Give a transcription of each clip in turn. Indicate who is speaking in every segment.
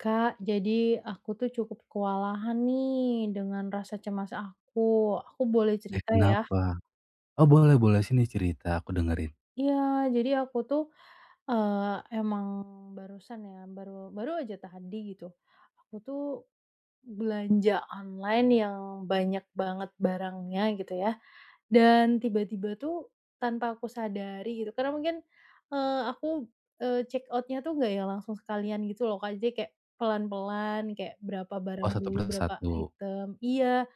Speaker 1: Kak, jadi aku tuh cukup kewalahan nih dengan rasa cemas aku. Aku boleh
Speaker 2: Eh,
Speaker 1: cerita ya?
Speaker 2: kenapa? Oh, boleh boleh, sini cerita, aku dengerin.
Speaker 1: Iya, jadi aku tuh, emang barusan ya, baru baru aja tadi gitu, aku tuh belanja online yang banyak banget barangnya gitu ya. Dan tiba-tiba tuh tanpa aku sadari gitu karena mungkin, aku, check outnya tuh nggak yang langsung sekalian gitu loh Kak, jadi kayak pelan-pelan kayak berapa
Speaker 2: Oh,
Speaker 1: barang
Speaker 2: satu
Speaker 1: dulu,
Speaker 2: per
Speaker 1: berapa
Speaker 2: satu.
Speaker 1: item iya,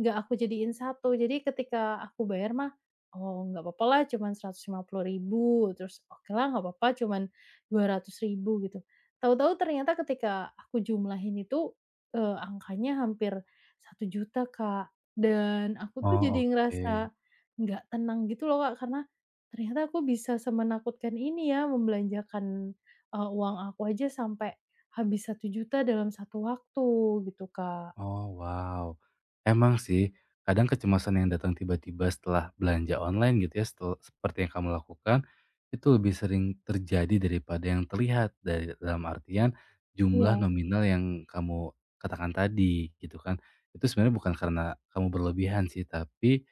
Speaker 1: nggak aku jadiin satu jadi ketika aku bayar mah, oh nggak apa-apa lah cuman rp ribu terus oke lah nggak apa apa cuman rp ribu gitu. Tahu-tahu ternyata ketika aku jumlahin itu, angkanya hampir satu juta Kak, dan aku tuh
Speaker 2: Oh,
Speaker 1: jadi
Speaker 2: oke.
Speaker 1: ngerasa nggak tenang gitu loh Kak, karena ternyata aku bisa semenakutkan ini ya membelanjakan, uang aku aja sampai habis satu juta dalam satu waktu gitu Kak.
Speaker 2: Oh, wow. Emang sih, kadang kecemasan yang datang tiba-tiba setelah belanja online gitu ya, seperti yang kamu lakukan, itu lebih sering terjadi daripada yang terlihat dari dalam artian jumlah
Speaker 1: Iya.
Speaker 2: nominal yang kamu katakan tadi gitu kan. Itu sebenarnya bukan karena kamu berlebihan sih, tapi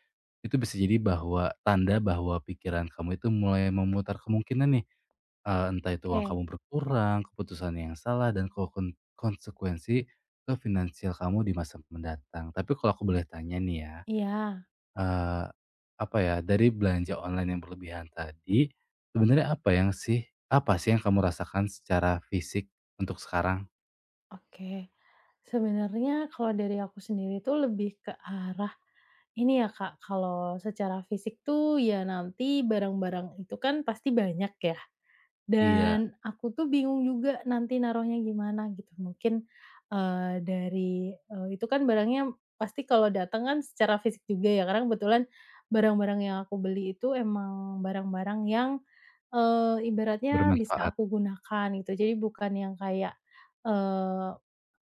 Speaker 2: itu bisa jadi bahwa tanda bahwa pikiran kamu itu mulai memutar kemungkinan nih entah itu uang
Speaker 1: Oke.
Speaker 2: kamu berkurang, keputusan yang salah dan konsekuensi ke finansial kamu di masa mendatang. Tapi kalau aku boleh tanya nih ya,
Speaker 1: Iya.
Speaker 2: eee, apa ya, dari belanja online yang berlebihan tadi, sebenarnya apa sih yang kamu rasakan secara fisik untuk sekarang?
Speaker 1: Oke. Sebenarnya kalau dari aku sendiri tuh lebih ke arah ini ya, Kak, kalau secara fisik tuh ya nanti barang-barang itu kan pasti banyak ya,
Speaker 2: Iya,
Speaker 1: dan aku tuh bingung juga nanti naruhnya gimana gitu. Mungkin, dari, itu kan barangnya pasti kalau datang kan secara fisik juga ya, karena kebetulan barang-barang yang aku beli itu emang barang-barang yang, ibaratnya bisa
Speaker 2: bermanfaat.
Speaker 1: aku gunakan gitu. Jadi bukan yang kayak,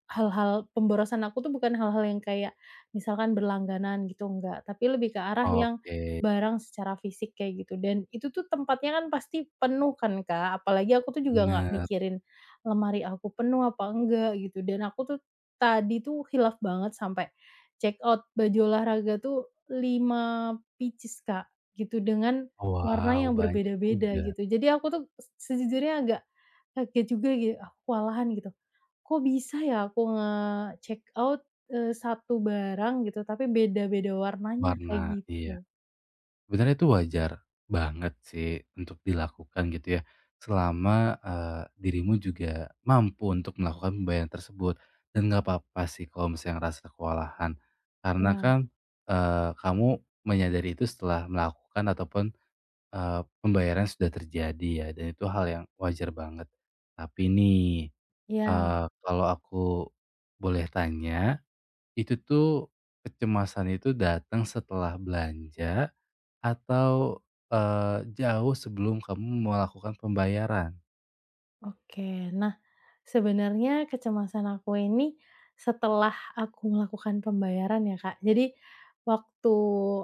Speaker 1: hal-hal pemborosan aku tuh bukan hal-hal yang kayak misalkan berlangganan gitu, enggak, tapi lebih ke arah yang
Speaker 2: Oke,
Speaker 1: barang secara fisik kayak gitu dan itu tuh tempatnya kan pasti penuh kan, Kak, apalagi aku tuh juga nggak
Speaker 2: bener.
Speaker 1: mikirin lemari aku penuh apa enggak gitu dan aku tuh tadi tuh hilaf banget sampai check out baju olahraga tuh 5 pieces, Kak, gitu dengan warna
Speaker 2: Wow,
Speaker 1: yang
Speaker 2: banyak
Speaker 1: berbeda-beda
Speaker 2: juga
Speaker 1: gitu. Jadi aku tuh sejujurnya agak kaget juga gitu, aku kewalahan gitu. Kok bisa ya aku nge-check out, 1 barang gitu tapi beda-beda warnanya kayak
Speaker 2: warna,
Speaker 1: gitu.
Speaker 2: iya. Sebenarnya itu wajar banget sih untuk dilakukan gitu ya, selama, dirimu juga mampu untuk melakukan pembayaran tersebut, dan nggak apa-apa sih kalau misalnya ngerasa kewalahan. Karena
Speaker 1: Wow,
Speaker 2: kan, kamu menyadari itu setelah melakukan ataupun, pembayaran sudah terjadi ya, dan itu hal yang wajar banget. Tapi nih,
Speaker 1: iya,
Speaker 2: kalau aku boleh tanya, itu tuh kecemasan itu datang setelah belanja atau, jauh sebelum kamu melakukan pembayaran?
Speaker 1: oke. Nah, sebenarnya kecemasan aku ini setelah aku melakukan pembayaran ya, Kak. Jadi waktu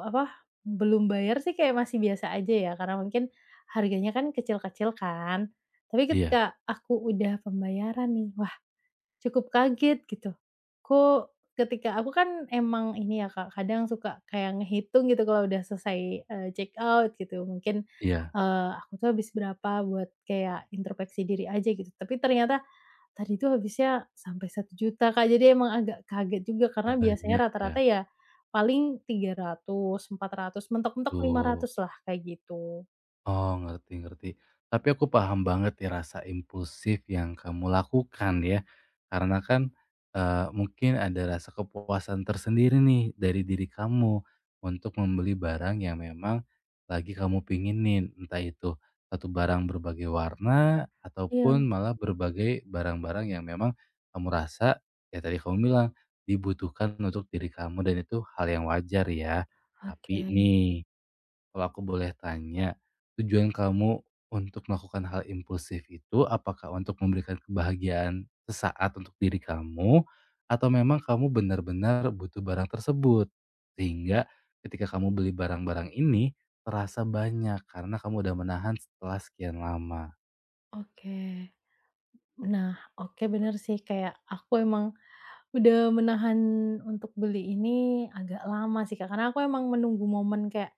Speaker 1: apa, belum bayar sih kayak masih biasa aja ya karena mungkin harganya kan kecil-kecil kan. Tapi
Speaker 2: Iya
Speaker 1: ketika aku udah pembayaran nih, wah, cukup kaget gitu. Kok ketika aku kan emang ini ya Kak, kadang suka kayak ngehitung gitu kalau udah selesai, check out gitu mungkin,
Speaker 2: iya,
Speaker 1: aku tuh habis berapa buat kayak introspeksi diri aja gitu. Tapi ternyata tadi tuh habisnya sampai satu juta Kak, jadi emang agak kaget juga karena biasanya
Speaker 2: banyak ya,
Speaker 1: rata-rata ya paling tiga ratus empat ratus mentok-mentok lima
Speaker 2: betul.
Speaker 1: ratus lah kayak gitu.
Speaker 2: Oh, ngerti ngerti. Tapi aku paham banget nih rasa impulsif yang kamu lakukan ya. Karena kan, mungkin ada rasa kepuasan tersendiri nih dari diri kamu untuk membeli barang yang memang lagi kamu pinginin. Entah itu satu barang berbagai warna
Speaker 1: Iya.
Speaker 2: ataupun malah berbagai barang-barang yang memang kamu rasa, ya tadi kamu bilang dibutuhkan untuk diri kamu dan itu hal yang wajar ya. Tapi
Speaker 1: Oke,
Speaker 2: nih kalau aku boleh tanya, tujuan kamu untuk melakukan hal impulsif itu apakah untuk memberikan kebahagiaan sesaat untuk diri kamu atau memang kamu benar-benar butuh barang tersebut? Sehingga ketika kamu beli barang-barang ini terasa banyak karena kamu udah menahan setelah sekian lama.
Speaker 1: oke. Nah, oke bener sih kayak aku emang udah menahan untuk beli ini agak lama sih, Kak, karena aku emang menunggu momen kayak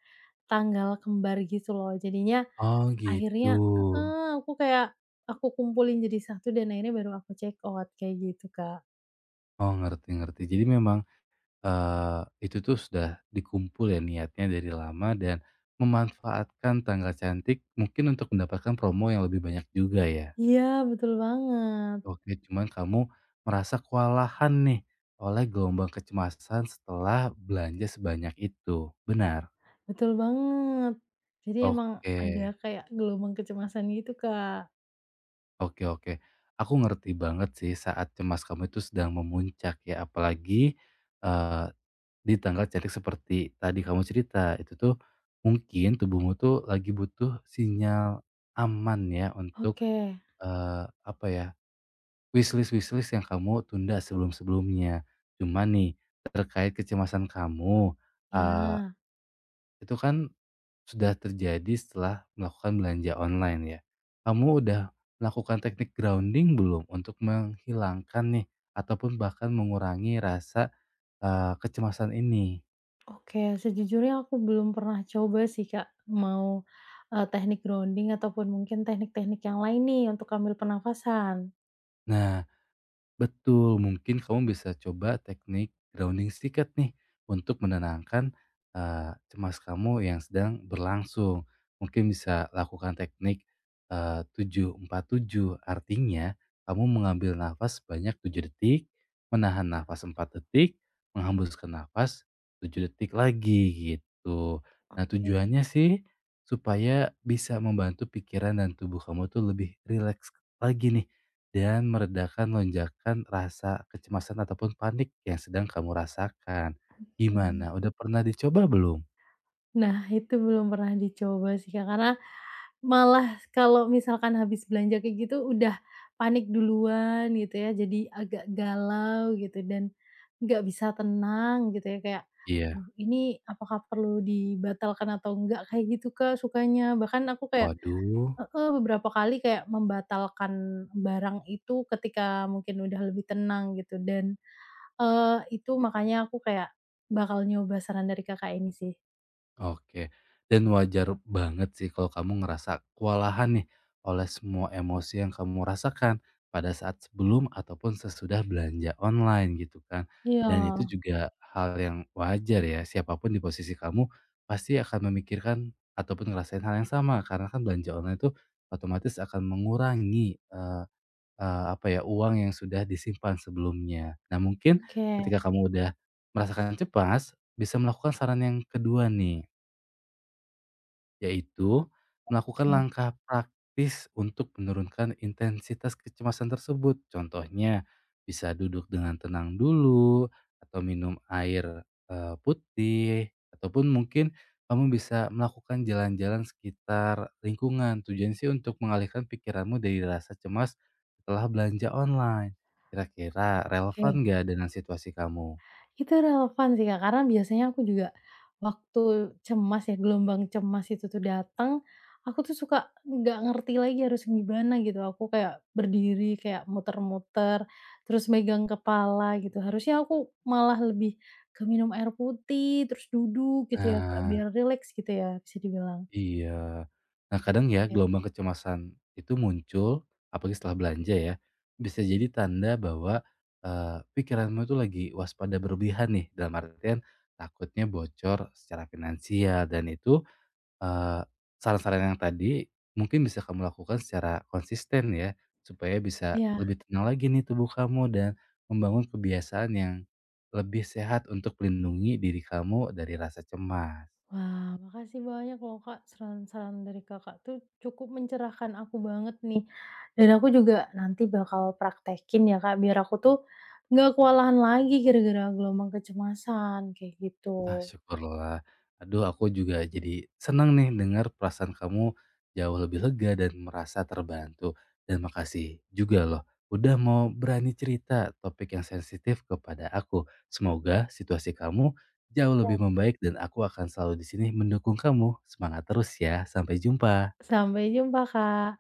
Speaker 1: tanggal kembar gitu loh. Jadinya
Speaker 2: Oh gitu.
Speaker 1: akhirnya heeh, aku kayak aku kumpulin jadi satu dan akhirnya baru aku check out, kayak gitu, Kak.
Speaker 2: Oh ngerti-ngerti. Jadi memang itu tuh sudah dikumpul ya niatnya dari lama dan memanfaatkan tanggal cantik mungkin untuk mendapatkan promo yang lebih banyak juga ya.
Speaker 1: Iya, betul banget,
Speaker 2: Oke, cuman kamu merasa kewalahan nih oleh gelombang kecemasan setelah belanja sebanyak itu, benar?
Speaker 1: betul banget. Jadi emang
Speaker 2: Oke,
Speaker 1: ada kayak gelombang kecemasan gitu, Kak.
Speaker 2: oke oke. Aku ngerti banget sih saat cemas kamu itu sedang memuncak ya, apalagi, di tanggal cetek seperti tadi kamu cerita, itu tuh mungkin tubuhmu tuh lagi butuh sinyal aman ya untuk,
Speaker 1: Oke,
Speaker 2: apa ya, wishlist-wishlist yang kamu tunda sebelum-sebelumnya. Cuman nih, terkait kecemasan kamu, eee,
Speaker 1: iya.
Speaker 2: itu kan sudah terjadi setelah melakukan belanja online ya. Kamu udah melakukan teknik grounding belum untuk menghilangkan nih ataupun bahkan mengurangi rasa, kecemasan ini?
Speaker 1: Oke, sejujurnya aku belum pernah coba sih Kak, mau, teknik grounding ataupun mungkin teknik-teknik yang lain nih untuk ambil pernafasan.
Speaker 2: Nah, betul, mungkin kamu bisa coba teknik grounding stiket nih untuk menenangkan cemas kamu yang sedang berlangsung. Mungkin bisa lakukan teknik 7-4-7, artinya kamu mengambil nafas sebanyak 7 detik, menahan nafas 4 detik, menghembuskan nafas 7 detik lagi gitu. Nah
Speaker 1: Oke,
Speaker 2: tujuannya sih supaya bisa membantu pikiran dan tubuh kamu tuh lebih rileks lagi nih dan meredakan lonjakan rasa kecemasan ataupun panik yang sedang kamu rasakan. Gimana,
Speaker 1: oke.
Speaker 2: udah pernah dicoba belum?
Speaker 1: Nah, itu belum pernah dicoba sih Kak, karena malah kalau misalkan habis belanja kayak gitu udah panik duluan gitu ya, jadi agak galau gitu dan nggak bisa tenang gitu ya, kayak,
Speaker 2: Iya,
Speaker 1: "Aduh ini apakah perlu dibatalkan atau enggak?" Kayak gitu Kak sukanya, bahkan aku kayak
Speaker 2: waduh.
Speaker 1: heeh, beberapa kali kayak membatalkan barang itu ketika mungkin udah lebih tenang gitu dan, eee, itu makanya aku kayak bakal nyoba saran dari Kakak ini sih.
Speaker 2: Oke, dan wajar banget sih kalau kamu ngerasa kewalahan nih oleh semua emosi yang kamu rasakan pada saat sebelum ataupun sesudah belanja online gitu kan.
Speaker 1: Iya,
Speaker 2: Dan itu juga hal yang wajar ya, siapapun di posisi kamu pasti akan memikirkan ataupun ngerasain hal yang sama karena kan belanja online itu otomatis akan mengurangi apa ya, uang yang sudah disimpan sebelumnya. Nah, mungkin
Speaker 1: oke,
Speaker 2: ketika kamu udah merasakan cepat bisa melakukan saran yang kedua nih. Yaitu melakukan
Speaker 1: oke,
Speaker 2: langkah praktis untuk menurunkan intensitas kecemasan tersebut. Contohnya, bisa duduk dengan tenang dulu atau minum air, putih ataupun mungkin kamu bisa melakukan jalan-jalan sekitar lingkungan. Tujuan sih untuk mengalihkan pikiranmu dari rasa cemas setelah belanja online. Kira-kira
Speaker 1: oke.
Speaker 2: relevan nggak dengan situasi kamu?
Speaker 1: Itu relevan sih, Kak, karena biasanya aku juga waktu cemas ya, gelombang cemas itu tuh datang, aku tuh suka nggak ngerti lagi harus gimana gitu. Aku kayak berdiri, kayak muter-muter, terus megang kepala gitu. Harusnya aku malah lebih ke minum air putih, terus duduk gitu ya, Kak,
Speaker 2: Nah.
Speaker 1: biar rileks gitu ya, bisa dibilang.
Speaker 2: Iya. Nah, kadang ya
Speaker 1: Kayak
Speaker 2: gelombang kecemasan itu muncul, apalagi setelah belanja ya, bisa jadi tanda bahwa, pikiranmu itu lagi waspada berlebihan nih, dalam artian takutnya bocor secara finansial dan itu, eee, saran-saran yang tadi mungkin bisa kamu lakukan secara konsisten ya, supaya bisa
Speaker 1: iya.
Speaker 2: lebih tenang lagi nih tubuh kamu dan membangun kebiasaan yang lebih sehat untuk melindungi diri kamu dari rasa cemas.
Speaker 1: Wah, makasih banyak loh Kak, saran-saran dari Kakak tuh cukup mencerahkan aku banget nih. Dan aku juga nanti bakal praktekin ya Kak, biar aku tuh nggak kewalahan lagi gara-gara gelombang kecemasan, kayak gitu.
Speaker 2: Ah, syukurlah. Aduh, aku juga jadi senang nih dengar perasaan kamu jauh lebih lega dan merasa terbantu. Dan makasih juga loh, udah mau berani cerita topik yang sensitif kepada aku. Semoga situasi kamu jauh
Speaker 1: Iya.
Speaker 2: lebih membaik dan aku akan selalu di sini mendukung kamu. Semangat terus ya, sampai jumpa.
Speaker 1: Sampai jumpa Kak.